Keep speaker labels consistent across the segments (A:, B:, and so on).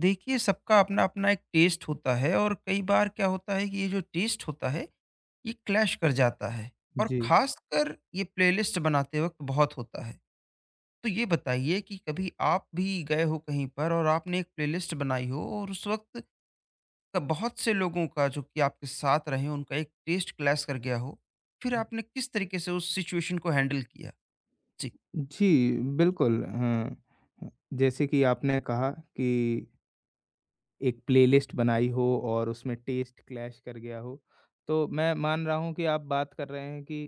A: देखिए, सबका अपना-अपना एक टेस्ट होता है और कई बार क्या होता है कि ये जो टेस्ट होता है, ये क्लैश कर जाता है और
B: जी।
A: ख़ासकर ये प्लेलिस्ट बनाते वक़्त बहुत होता है। तो ये बताइए कि कभी आप भी गए हो कहीं पर और आपने एक प्लेलिस्ट बनाई हो और उस वक़्त क बहुत से लोगों का जो कि आपके साथ रहे, उनका एक टेस्ट क्लैश कर गया हो, फिर आपने किस तरीके से उस सिचुएशन को हैंडल किया? जी।
B: जी, बिल्कुल जैसे कि आपने कहा कि एक प्लेलिस्ट बनाई हो और उसमें टेस्ट क्लैश कर गया हो, तो मैं मान रहा हूँ कि आप बात कर रहे हैं कि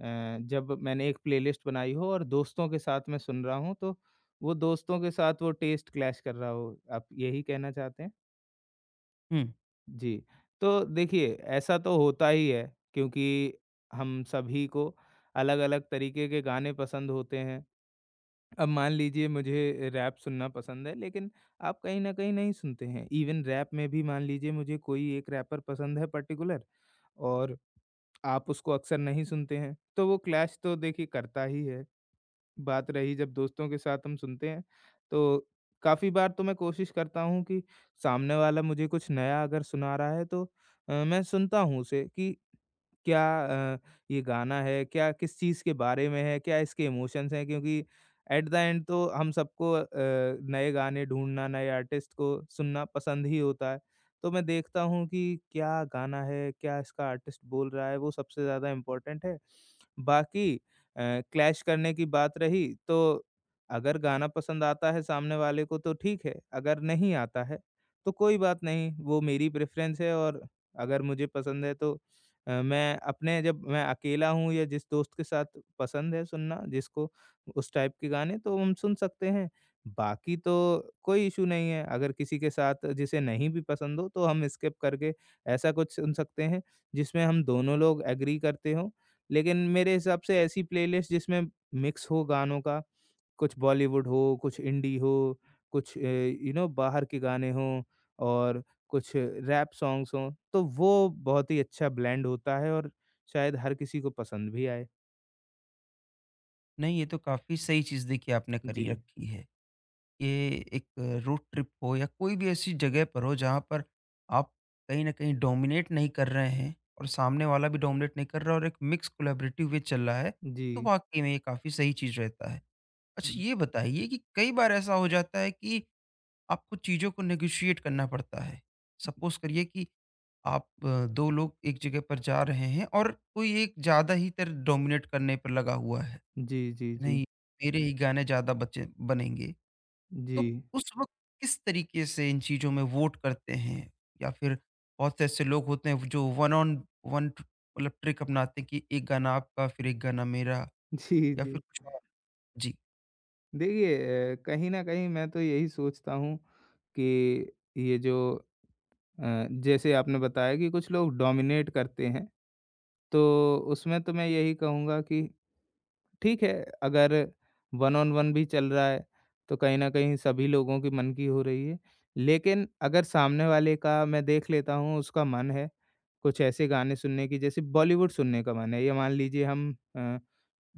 B: अ, जब मैंने एक प्लेलिस्ट बनाई हो और दोस्तों के साथ मैं सुन रहा हूँ, तो वो दोस्तों के साथ वो टेस्ट क्लैश कर रहा हो, आप यही कहना चाहते हैं?
A: हुँ।
B: जी। तो देखिए, ऐसा तो होता ही है क्योंकि हम सभी को अलग-अलग तरीके के गाने पसंद होते हैं। अब मान लीजिए मुझे रैप सुनना पसंद है लेकिन आप कहीं न कहीं नहीं सुनते हैं। इवन रैप में भी मान लीजिए मुझे कोई एक रैपर पसंद है पर्टिकुलर और आप उसको अक्सर नहीं सुनते हैं, तो वो क्लैश तो देखिए करता ही है। बात रही जब दोस्तों के साथ हम सुनते हैं, तो काफ़ी बार तो मैं कोशिश करता हूँ कि सामने वाला मुझे कुछ नया अगर सुना रहा है तो मैं सुनता हूँ उसे कि क्या अ, ये गाना है, क्या किस चीज़ के बारे में है, क्या इसके इमोशंस हैं क्योंकि एट द एंड तो हम सबको नए गाने ढूँढना, नए आर्टिस्ट को सुनना पसंद ही होता है। तो मैं देखता हूँ कि क्या गाना है, क्या इसका आर्टिस्ट बोल रहा है, वो सबसे ज़्यादा इम्पोर्टेंट है। बाकी क्लैश करने की बात रही तो अगर गाना पसंद आता है सामने वाले को तो ठीक है, अगर नहीं आता है तो कोई बात नहीं, वो मेरी प्रेफ़रेंस है और अगर मुझे पसंद है तो मैं अपने जब मैं अकेला हूँ या जिस दोस्त के साथ पसंद है सुनना जिसको उस टाइप के गाने तो हम सुन सकते हैं। बाकी तो कोई इश्यू नहीं है, अगर किसी के साथ जिसे नहीं भी पसंद हो तो हम स्किप करके ऐसा कुछ सुन सकते हैं जिसमें हम दोनों लोग एग्री करते हों। लेकिन मेरे हिसाब से ऐसी प्लेलिस्ट जिसमें मिक्स हो गानों का, कुछ बॉलीवुड हो, कुछ इंडी हो, कुछ यू नो बाहर के गाने हों और कुछ रैप सॉन्ग्स हों, तो वो बहुत ही अच्छा ब्लेंड होता है और शायद हर किसी को पसंद भी आए।
A: नहीं, ये तो काफ़ी सही चीज़ देखिए आपने
B: जी,
A: करी रखी है। ये एक रोड ट्रिप हो या कोई भी ऐसी जगह पर हो जहाँ पर आप कहीं न कहीं डोमिनेट नहीं कर रहे हैं और सामने वाला भी डोमिनेट नहीं कर रहा, और एक मिक्स कोलैबोरेटिव वे चल रहा है,
B: जी।
A: तो वाक़ई में ये काफ़ी सही चीज़ रहता है। अच्छा, ये बताइए कि कई बार ऐसा हो जाता है कि आपको चीज़ों को नेगोशिएट करना पड़ता है। सपोज़ करिए कि आप 2 लोग एक जगह पर जा रहे हैं और कोई एक ज़्यादा ही तर डोमिनेट करने पर लगा हुआ है।
B: जी, जी, जी।
A: नहीं, मेरे ही गाने ज़्यादा बचे बनेंगे। तो
B: जी।
A: उस वक़्त किस तरीके से इन चीज़ों में वोट करते हैं? या फिर बहुत से ऐसे लोग होते हैं जो वन ऑन वन ट मतलब ट्रिक अपनाते हैं कि एक गाना आपका, फिर एक गाना मेरा,
B: जी,
A: या
B: जी।
A: फिर कुछ और? जी।
B: देखिए कहीं न कहीं मैं तो यही सोचता हूँ कि ये जो जैसे आपने बताया कि कुछ लोग डोमिनेट करते हैं, तो उसमें तो मैं यही कहूँगा कि ठीक है, अगर वन ऑन वन भी चल रहा है, तो कहीं न कहीं सभी लोगों की मन की हो रही है। लेकिन अगर सामने वाले का मैं देख लेता हूँ उसका मन है, कुछ ऐसे गाने सुनने की जैसे बॉलीवुड सुनने का मन है, या मान लीजिए हम अ,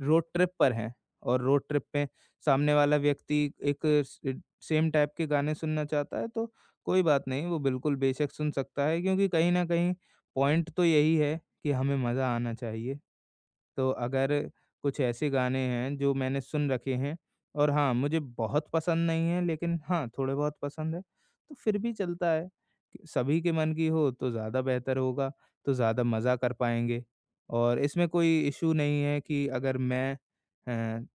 B: रोड ट्रिप पर हैं और रोड ट्रिप पे सामने वाला व्यक्ति एक स सेम टाइप के गाने सुनना चाहता है, तो कोई बात नहीं, वो बिल्कुल बेशक सुन सकता है क्योंकि कहीं न कहीं पॉइंट तो यही है कि हमें मज़ा आना चाहिए। तो अगर कुछ ऐसे गाने हैं जो मैंने सुन रखे हैं और हाँ, मुझे बहुत पसंद नहीं है लेकिन हाँ, थोड़े बहुत पसंद है, तो फिर भी चलता है। कि सभी के मन की हो तो ज़्यादा बेहतर होगा, तो ज़्यादा मज़ा कर पाएँगे और इसमें कोई इश्यू नहीं है कि अगर मैं अ,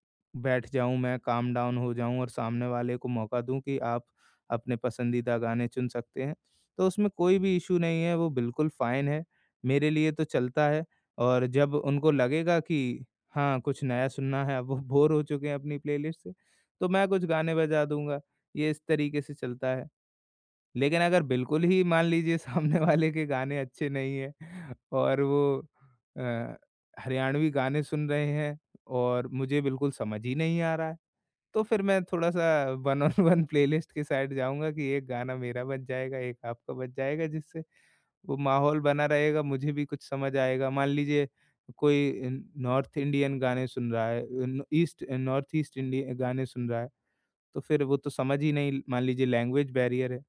B: बैठ जाऊँ, मैं काम डाउन हो जाऊँ और सामने वाले को मौका दूँ कि आप अपने पसंदीदा गाने चुन सकते हैं, तो उसमें कोई भी इश्यू नहीं है, वो बिल्कुल फ़ाइन है। मेरे लिए तो चलता है। और जब उनको लगेगा कि हाँ, कुछ नया सुनना है, अब वो बोर हो चुके हैं अपनी प्लेलिस्ट से, तो मैं कुछ गाने बजा दूँगा। ये इस तरीके से चलता है। लेकिन अगर बिल्कुल ही मान लीजिए सामने वाले के गाने अच्छे नहीं हैं और वो अ, हरियाणवी गाने सुन रहे हैं और मुझे बिल्कुल समझ ही नहीं आ रहा है, तो फिर मैं थोड़ा-सा वन ऑन वन प्लेलिस्ट की साइड जाऊँगा कि एक गाना मेरा बज जाएगा, एक आपका बज जाएगा जिससे वो माहौल बना रहेगा, मुझे भी कुछ समझ आएगा। मान लीजिए कोई नॉर्थ इंडियन गाने सुन रहा है, न ईस्ट नॉर्थ ईस्ट इंडियन गाने सुन रहा है, तो फिर वो तो समझ ही नहीं, मान लीजिए लैंग्वेज बैरियर है।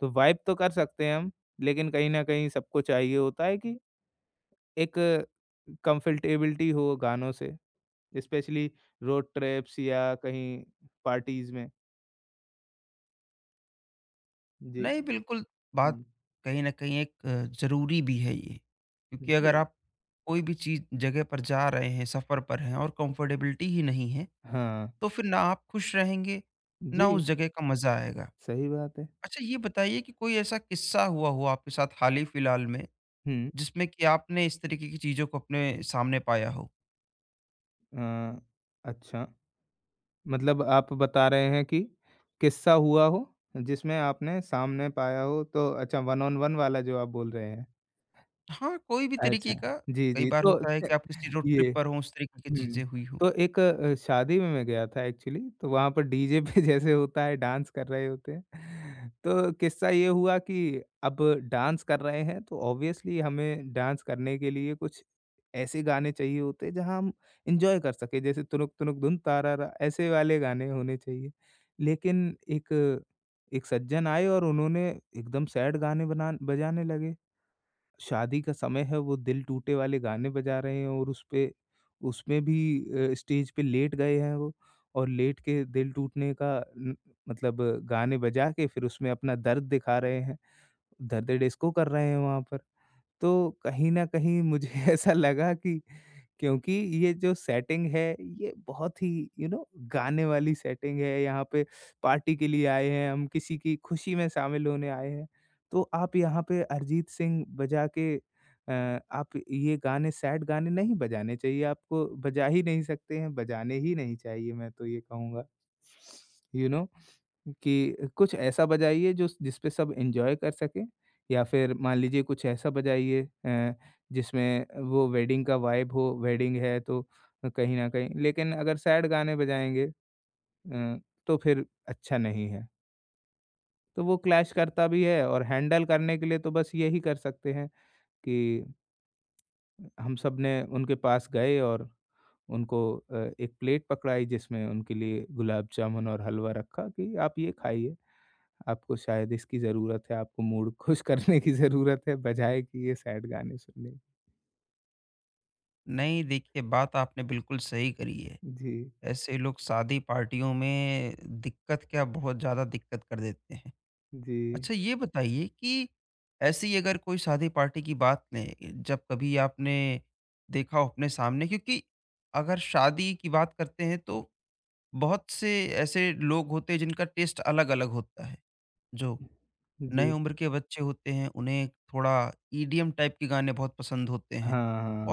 B: तो वाइब तो कर सकते हैं हम, लेकिन कहीं न कहीं सबको चाहिए होता है कि एक कम्फ़र्टेबिलिटी हो गानों से, स्पेशली रोड ट्रिप्स या कहीं पार्टीज़ में। जी।
A: नहीं, बिल्कुल बात
B: हुँ।
A: कहीं न कहीं एक ज़रूरी भी है ये। क्योंकि अगर
B: जी।
A: आप कोई भी चीज़ जगह पर जा रहे हैं, सफ़र पर हैं और कंफर्टेबिलिटी ही नहीं है,
B: हाँ।
A: तो फिर ना आप खुश रहेंगे, ना उस
B: जी,
A: जगह का मज़ा आएगा।
B: सही बात है।
A: अच्छा, ये बताइए कि कोई ऐसा किस्सा हुआ हो आपके साथ हाल ही फिलहाल में,
B: हुँ।
A: जिसमें कि आपने इस तरीके की चीज़ों को अपने सामने पाया हो?
B: अ, अच्छा। मतलब आप बता रहे हैं कि किस्सा हुआ हो, जिसमें आपने सामने पाया हो तो अच्छा वन ऑन वन वाला जो आप बोल रहे हैं।
A: हाँ, कोई भी
B: अच्छा।
A: तरीके का।
B: जी,
A: कई
B: जी,
A: बार
B: तो
A: होता है कि आप किसी रोड
B: ये
A: ट्रिप पर हों, उस तरीके की
B: हुँ।
A: चीज़ें हुई हों।
B: तो एक शादी में मैं गया था एक्चुअली, तो वहाँ पर डीजे पे जैसे होता है डांस कर रहे होते हैं। तो किस्सा ये हुआ कि अब डांस कर रहे हैं तो ऑब्वियसली हमें डांस करने के लिए कुछ ऐसे गाने चाहिए होते हैं जहाँ हम एन्जॉय कर सकें, जैसे तुनुक तुनुक धुन तारारा ऐसे वाले गाने होने चाहिए। लेकिन एक एक सज्जन आए और उन्होंने एकदम सैड गाने बनान बजाने लगे। शादी का समय है, वो दिल टूटे वाले गाने बजा रहे हैं और उसपे उसमें भी स्टेज पे लेट गए हैं वो और लेट के दिल टूटने का न मतलब गाने बजा के फिर उसमें अपना दर्द दिखा रहे हैं। दर्द डिस्को कर रहे हैं वहाँ पर। तो कहीं न कहीं मुझे ऐसा लगा कि क्योंकि ये जो सेटिंग है, ये बहुत ही यू you नो गाने वाली सेटिंग है, यहाँ पे पार्टी के लिए आए हैं हम, किसी की खुशी में शामिल होने आए हैं, तो आप यहाँ पे अरिजीत सिंह बजा के आप ये गाने सैड गाने नहीं बजाने चाहिए, आपको बजा ही नहीं सकते हैं, बजाने ही नहीं चाहिए, मैं तो ये कहूँगा यू नो कि कुछ ऐसा बजाइए जो जिसपे सब एन्जॉय कर सकें, या फिर मान लीजिए कुछ ऐसा बजाइए जिसमें वो वेडिंग का वाइब हो, वेडिंग है तो कहीं न कहीं, लेकिन अगर सैड गाने बजाएँगे अ, तो फिर अच्छा नहीं है। तो वो क्लैश करता भी है और हैंडल करने के लिए तो बस यही कर सकते हैं कि हम सबने उनके पास गए और उनको एक प्लेट पकड़ाई जिसमें उनके लिए गुलाब जामुन और हलवा रखा कि आप ये खाइए। आपको शायद इसकी ज़रूरत है, आपको मूड खुश करने की ज़रूरत है, बजाए कि ये सैड गाने सुनने की।
A: नहीं, देखिए, बात आपने बिल्कुल सही करी है।
B: जी,
A: ऐसे लोग शादी पार्टियों में दिक्कत, क्या बहुत ज़्यादा दिक्कत कर देते हैं।
B: जी।
A: अच्छा, ये बताइए कि ऐसी अगर कोई शादी पार्टी की बात लें, जब कभी आपने देखा हो अपने सामने, क्योंकि अगर शादी की बात करते हैं तो बहुत से ऐसे लोग होते हैं जिनका टेस्ट अलग-अलग होता है। जो नए
B: जी।
A: उम्र के बच्चे होते हैं, उन्हें थोड़ा ईडीएम टाइप के गाने बहुत पसंद होते
B: हाँ,
A: हैं,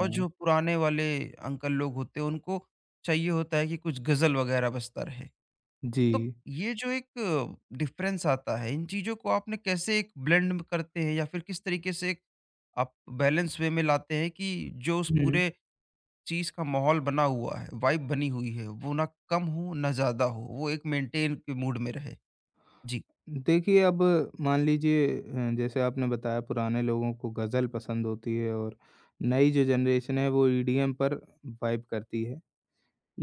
A: और जो पुराने वाले अंकल लोग होते हैं, उनको चाहिए होता है कि कुछ गज़ल वग़ैरह बजता रहे। तो
B: जी।
A: ये जो एक डिफ़रेंस आता है, इन चीज़ों को आपने कैसे एक ब्लेंड करते हैं या फिर किस तरीके से एक आप बैलेंस वे में लाते हैं कि जो उस
B: हुँ।
A: पूरे चीज़ का माहौल बना हुआ है, वाइब बनी हुई है, वो ना कम हो ना ज़्यादा हो, वो एक मेंटेन के मूड में रहे? जी।
B: देखिए अब मान लीजिए जैसे आपने बताया पुराने लोगों को गज़ल पसंद होती है और नई जो जनरेशन है वो ईडीएम पर वाइब करती है।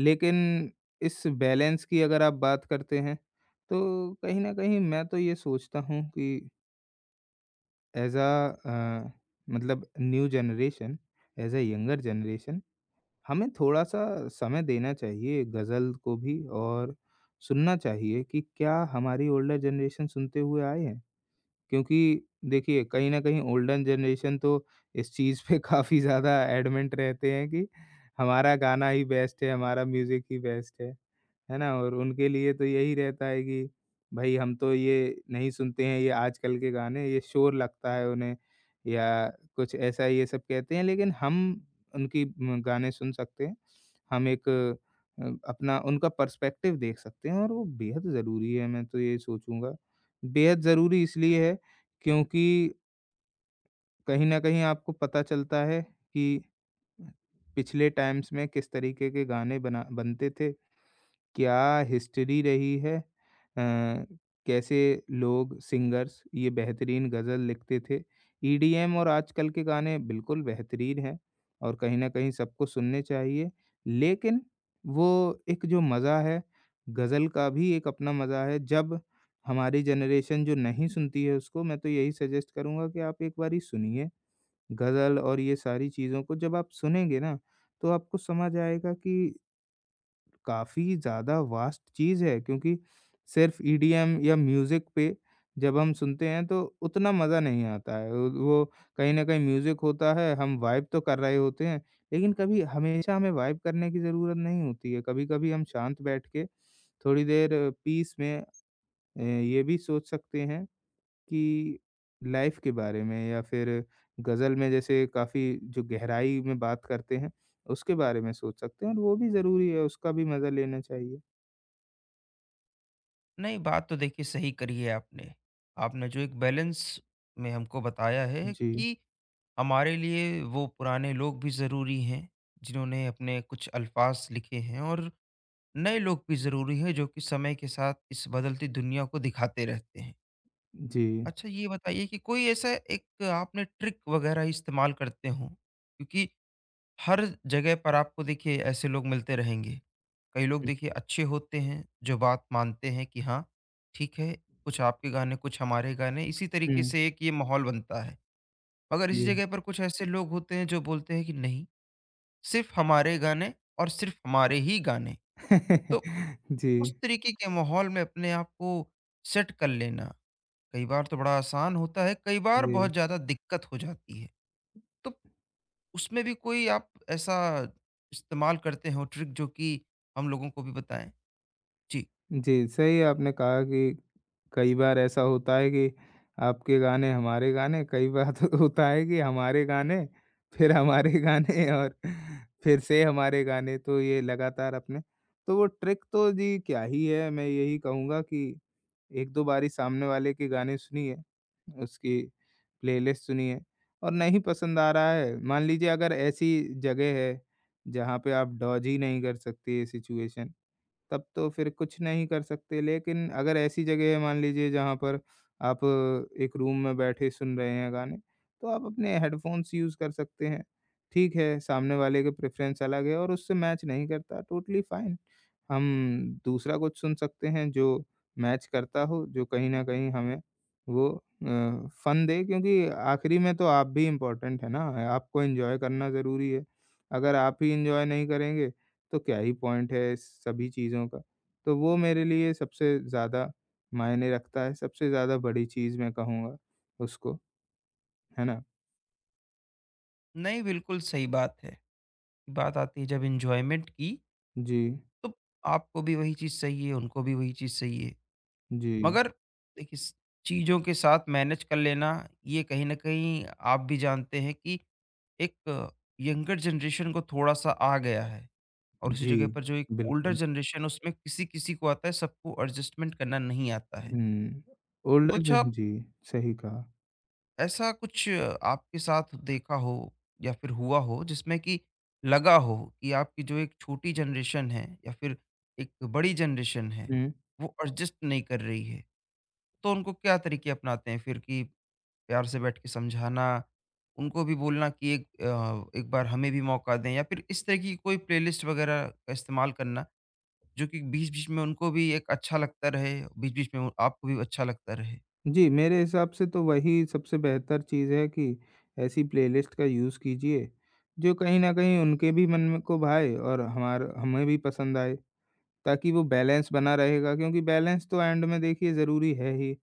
B: लेकिन इस बैलेंस की अगर आप बात करते हैं, तो कहीं न कहीं मैं तो ये सोचता हूँ कि एज़ अ अ, मतलब new generation as a younger generation हमें थोड़ा-सा समय देना चाहिए गज़ल को भी और सुनना चाहिए कि क्या हमारी ओल्डर जनरेशन सुनते हुए आए हैं? क्योंकि देखिए कहीं न कहीं ओल्डर जनरेशन तो इस चीज़ पे काफ़ी ज़्यादा एडमेंट रहते हैं कि हमारा गाना ही बेस्ट है, हमारा म्यूज़िक ही बेस्ट है। है ना? और उनके लिए तो यही रहता है कि भई हम तो ये नहीं सुनते हैं ये आजकल के गाने, ये शोर लगता है उन्हें, या कुछ ऐसा ये सब कहते हैं, लेकिन हम उनकी म गाने सुन सकते हैं। हम एक अपना उनका पर्सपेक्टिव देख सकते हैं और वो बेहद ज़रूरी है, मैं तो ये सोचूँगा। बेहद ज़रूरी इसलिए है क्योंकि कहीं न कहीं आपको पता चलता है कि पिछले टाइम्स में किस तरीके के गाने बना बनते थे। क्या हिस्ट्री रही है कैसे लोग सिंगर्स ये बेहतरीन गज़ल लिखते थे। ईडीएम और आजकल के गाने बिल्कुल बेहतरीन हैं और कहीं न कहीं सबको सुनने चाहिए। लेकिन वो एक जो मज़ा है, गज़ल का भी एक अपना मज़ा है। जब हमारी जनरेशन जो नहीं सुनती है उसको मैं तो यही सजेस्ट करूँगा कि आप एक बारी सुनिए गज़ल और ये सारी चीज़ों को। जब आप सुनेंगे ना, तो आपको समझ आएगा कि काफ़ी ज़्यादा वास्ट चीज़ है क्योंकि सिर्फ़ ईडीएम या म्यूज़िक पे जब हम सुनते हैं तो उतना मज़ा नहीं आता है। वो कहीं न कहीं म्यूज़िक होता है, हम वाइब तो कर रहे होते हैं, लेकिन कभी हमेशा हमें वाइब करने की ज़रूरत नहीं होती है। कभी-कभी हम शांत बैठ के थोड़ी देर पीस में ये भी सोच सकते हैं कि लाइफ के बारे में, या फिर गज़ल में जैसे काफ़ी जो गहराई में बात करते हैं, उसके बारे में सोच सकते हैं और वो भी ज़रूरी है, उसका भी मज़ा लेना चाहिए।
A: नहीं, बात तो देखिए सही करी है आपने। आपने जो एक बैलेंस में हमको बताया है
B: जी,
A: कि हमारे लिए वो पुराने लोग भी ज़रूरी हैं, जिन्होंने अपने कुछ अल्फाज़ लिखे हैं, और नए लोग भी ज़रूरी हैं, जो कि समय के साथ इस बदलती दुनिया को दिखाते रहते हैं।
B: जी।
A: अच्छा, ये बताइए कि कोई ऐसा एक आपने ट्रिक वग़ैरह इस्तेमाल करते हों? क्योंकि हर जगह पर आपको देखिए ऐसे लोग मिलते रहेंगे। कई लोग
B: हुँ,
A: देखिए अच्छे होते हैं, जो बात मानते हैं कि हाँ, ठीक है, कुछ आपके गाने, कुछ हमारे गाने, इसी तरीके
B: हुँ,
A: से एक ये माहौल बनता है। मगर इसी
B: जी।
A: जगह पर कुछ ऐसे लोग होते हैं जो बोलते हैं कि नहीं, सिर्फ़ हमारे गाने और सिर्फ़ हमारे ही गाने। तो
B: जी,
A: उस तरीके के माहौल में अपने आप को सेट कर लेना, कई बार तो बड़ा आसान होता है, कई बार
B: जी।
A: बहुत ज़्यादा दिक्कत हो जाती है। तो उसमें भी कोई आप ऐसा इस्तेमाल करते हो ट्रिक जो कि हम लोगों को भी बताएँ? जी। जी।
B: जी, सही आपने कहा कि कई बार ऐसा होता है कि आपके गाने हमारे गाने, कई बार तो होता है कि हमारे गाने, फिर हमारे गाने और फिर से हमारे गाने, तो ये लगातार अपने, तो वो ट्रिक तो जी क्या ही है, मैं यही कहूँगा कि 1-2 बारी सामने वाले के गाने सुनिए, उसकी प्लेलिस्ट सुनिए, और नहीं पसंद आ रहा है, मान लीजिए अगर ऐसी जगह है, जहाँ पे आप डॉज ही नहीं कर सकते ये सिचुएशन, तब तो फिर कुछ नहीं कर सकते। लेकिन अगर ऐसी जगह है मान लीजिए जहाँ पर आप एक रूम में बैठे सुन रहे हैं गाने, तो आप अपने हेडफ़ोन्स यूज़ कर सकते हैं। ठीक है, सामने वाले के प्रेफ़रेंस अलग है और उससे मैच नहीं करता, टोटली फ़ाइन। हम दूसरा कुछ सुन सकते हैं जो मैच करता हो, जो कहीं न कहीं हमें वो अ, फ़न दे, क्योंकि आखिरी में तो आप भी इम्पोर्टेंट है ना, आपको एन्जॉय करना ज़रूरी है। अगर आप ही एन्जॉय नहीं करेंगे तो क्या ही पॉइंट है इस सभी चीज़ों का। तो वो मेरे लिए सबसे ज़्यादा मायने रखता है, सबसे ज़्यादा बड़ी चीज़ मैं कहूँगा उसको, है ना?
A: नहीं, बिल्कुल सही बात है। बात आती है जब एन्जॉयमेंट की,
B: जी,
A: तो आपको भी वही चीज़ चाहिए, उनको भी वही चीज़ चाहिए।
B: जी,
A: मगर देखिए, स चीज़ों के साथ मैनेज कर लेना, ये कहीं न कहीं आप भी जानते हैं कि एक यंगर जनरेशन को थोड़ा-सा आ गया है, और उसी
B: जी,
A: जगह पर जो एक ओल्डर
B: बिल्कुल।
A: जनरेशन, उसमें किसी-किसी को आता है, सबको एडजस्टमेंट करना नहीं आता है।
B: हुँ,
A: तो
B: ओल्डर
A: अच्छा,
B: देन जी, सही कहा।
A: ऐसा कुछ आपके साथ देखा हो या फिर हुआ हो जिसमें कि लगा हो कि आपकी जो एक छोटी जनरेशन है या फिर एक बड़ी जनरेशन है,
B: हुँ,
A: वो एडजस्ट नहीं कर रही है, तो उनको क्या तरीके अपनाते हैं फिर? कि प्यार से बैठ के समझाना, उनको भी बोलना कि एक बार हमें भी मौका दें, या फिर इस तरह की कोई प्लेलिस्ट वगैरह का इस्तेमाल करना जो कि बीच बीच में उनको भी एक अच्छा लगता रहे, बीच बीच में आपको भी अच्छा लगता रहे।
B: जी, मेरे हिसाब से तो वही सबसे बेहतर चीज़ है कि ऐसी प्लेलिस्ट का यूज़ कीजिए, जो कहीं न कहीं उनके भी मन में को भाए और हमार हमें भी पसंद आए। ताकि वो बैलेंस बना रहेगा, क्योंकि बैलेंस तो एंड में देखिए ज़रूरी है ही।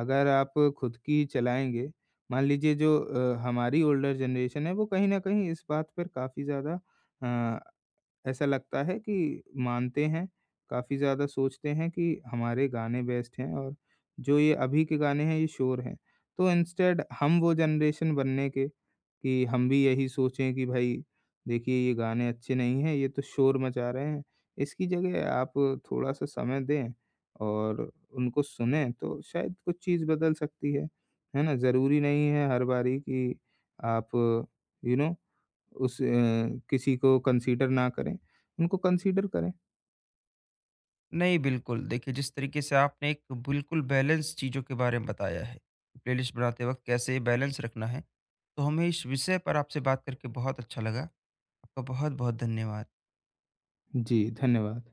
B: अगर आप खुद की ही चलाएँगे, मान लीजिए जो हमारी ओल्डर जनरेशन है वो कहीं न कहीं इस बात पर काफ़ी ज़्यादा अ, ऐसा लगता है कि मानते हैं, काफ़ी ज़्यादा सोचते हैं कि हमारे गाने बेस्ट हैं और जो ये अभी के गाने हैं ये शोर हैं। तो इंस्टेड हम वो जनरेशन बनने के कि हम भी यही सोचें कि भाई देखिए ये गाने अच्छे नहीं हैं, ये तो शोर मचा रहे हैं। इसकी जगह आप थोड़ा-सा समय दें और उनको सुनें तो शायद कुछ चीज़ बदल सकती है। है ना? ज़रूरी नहीं है हर बारी कि आप यू नो उस किसी को कंसीडर ना करें, उनको कंसीडर करें।
A: नहीं, बिल्कुल। देखिए, जिस तरीके से आपने एक बिल्कुल बैलेंस चीज़ों के बारे में बताया है, प्लेलिस्ट बनाते वक़्त कैसे बैलेंस रखना है, तो हमें इस विषय पर आपसे बात करके बहुत अच्छा लगा। आपका बहुत-बहुत धन्यवाद।
B: जी, धन्यवाद।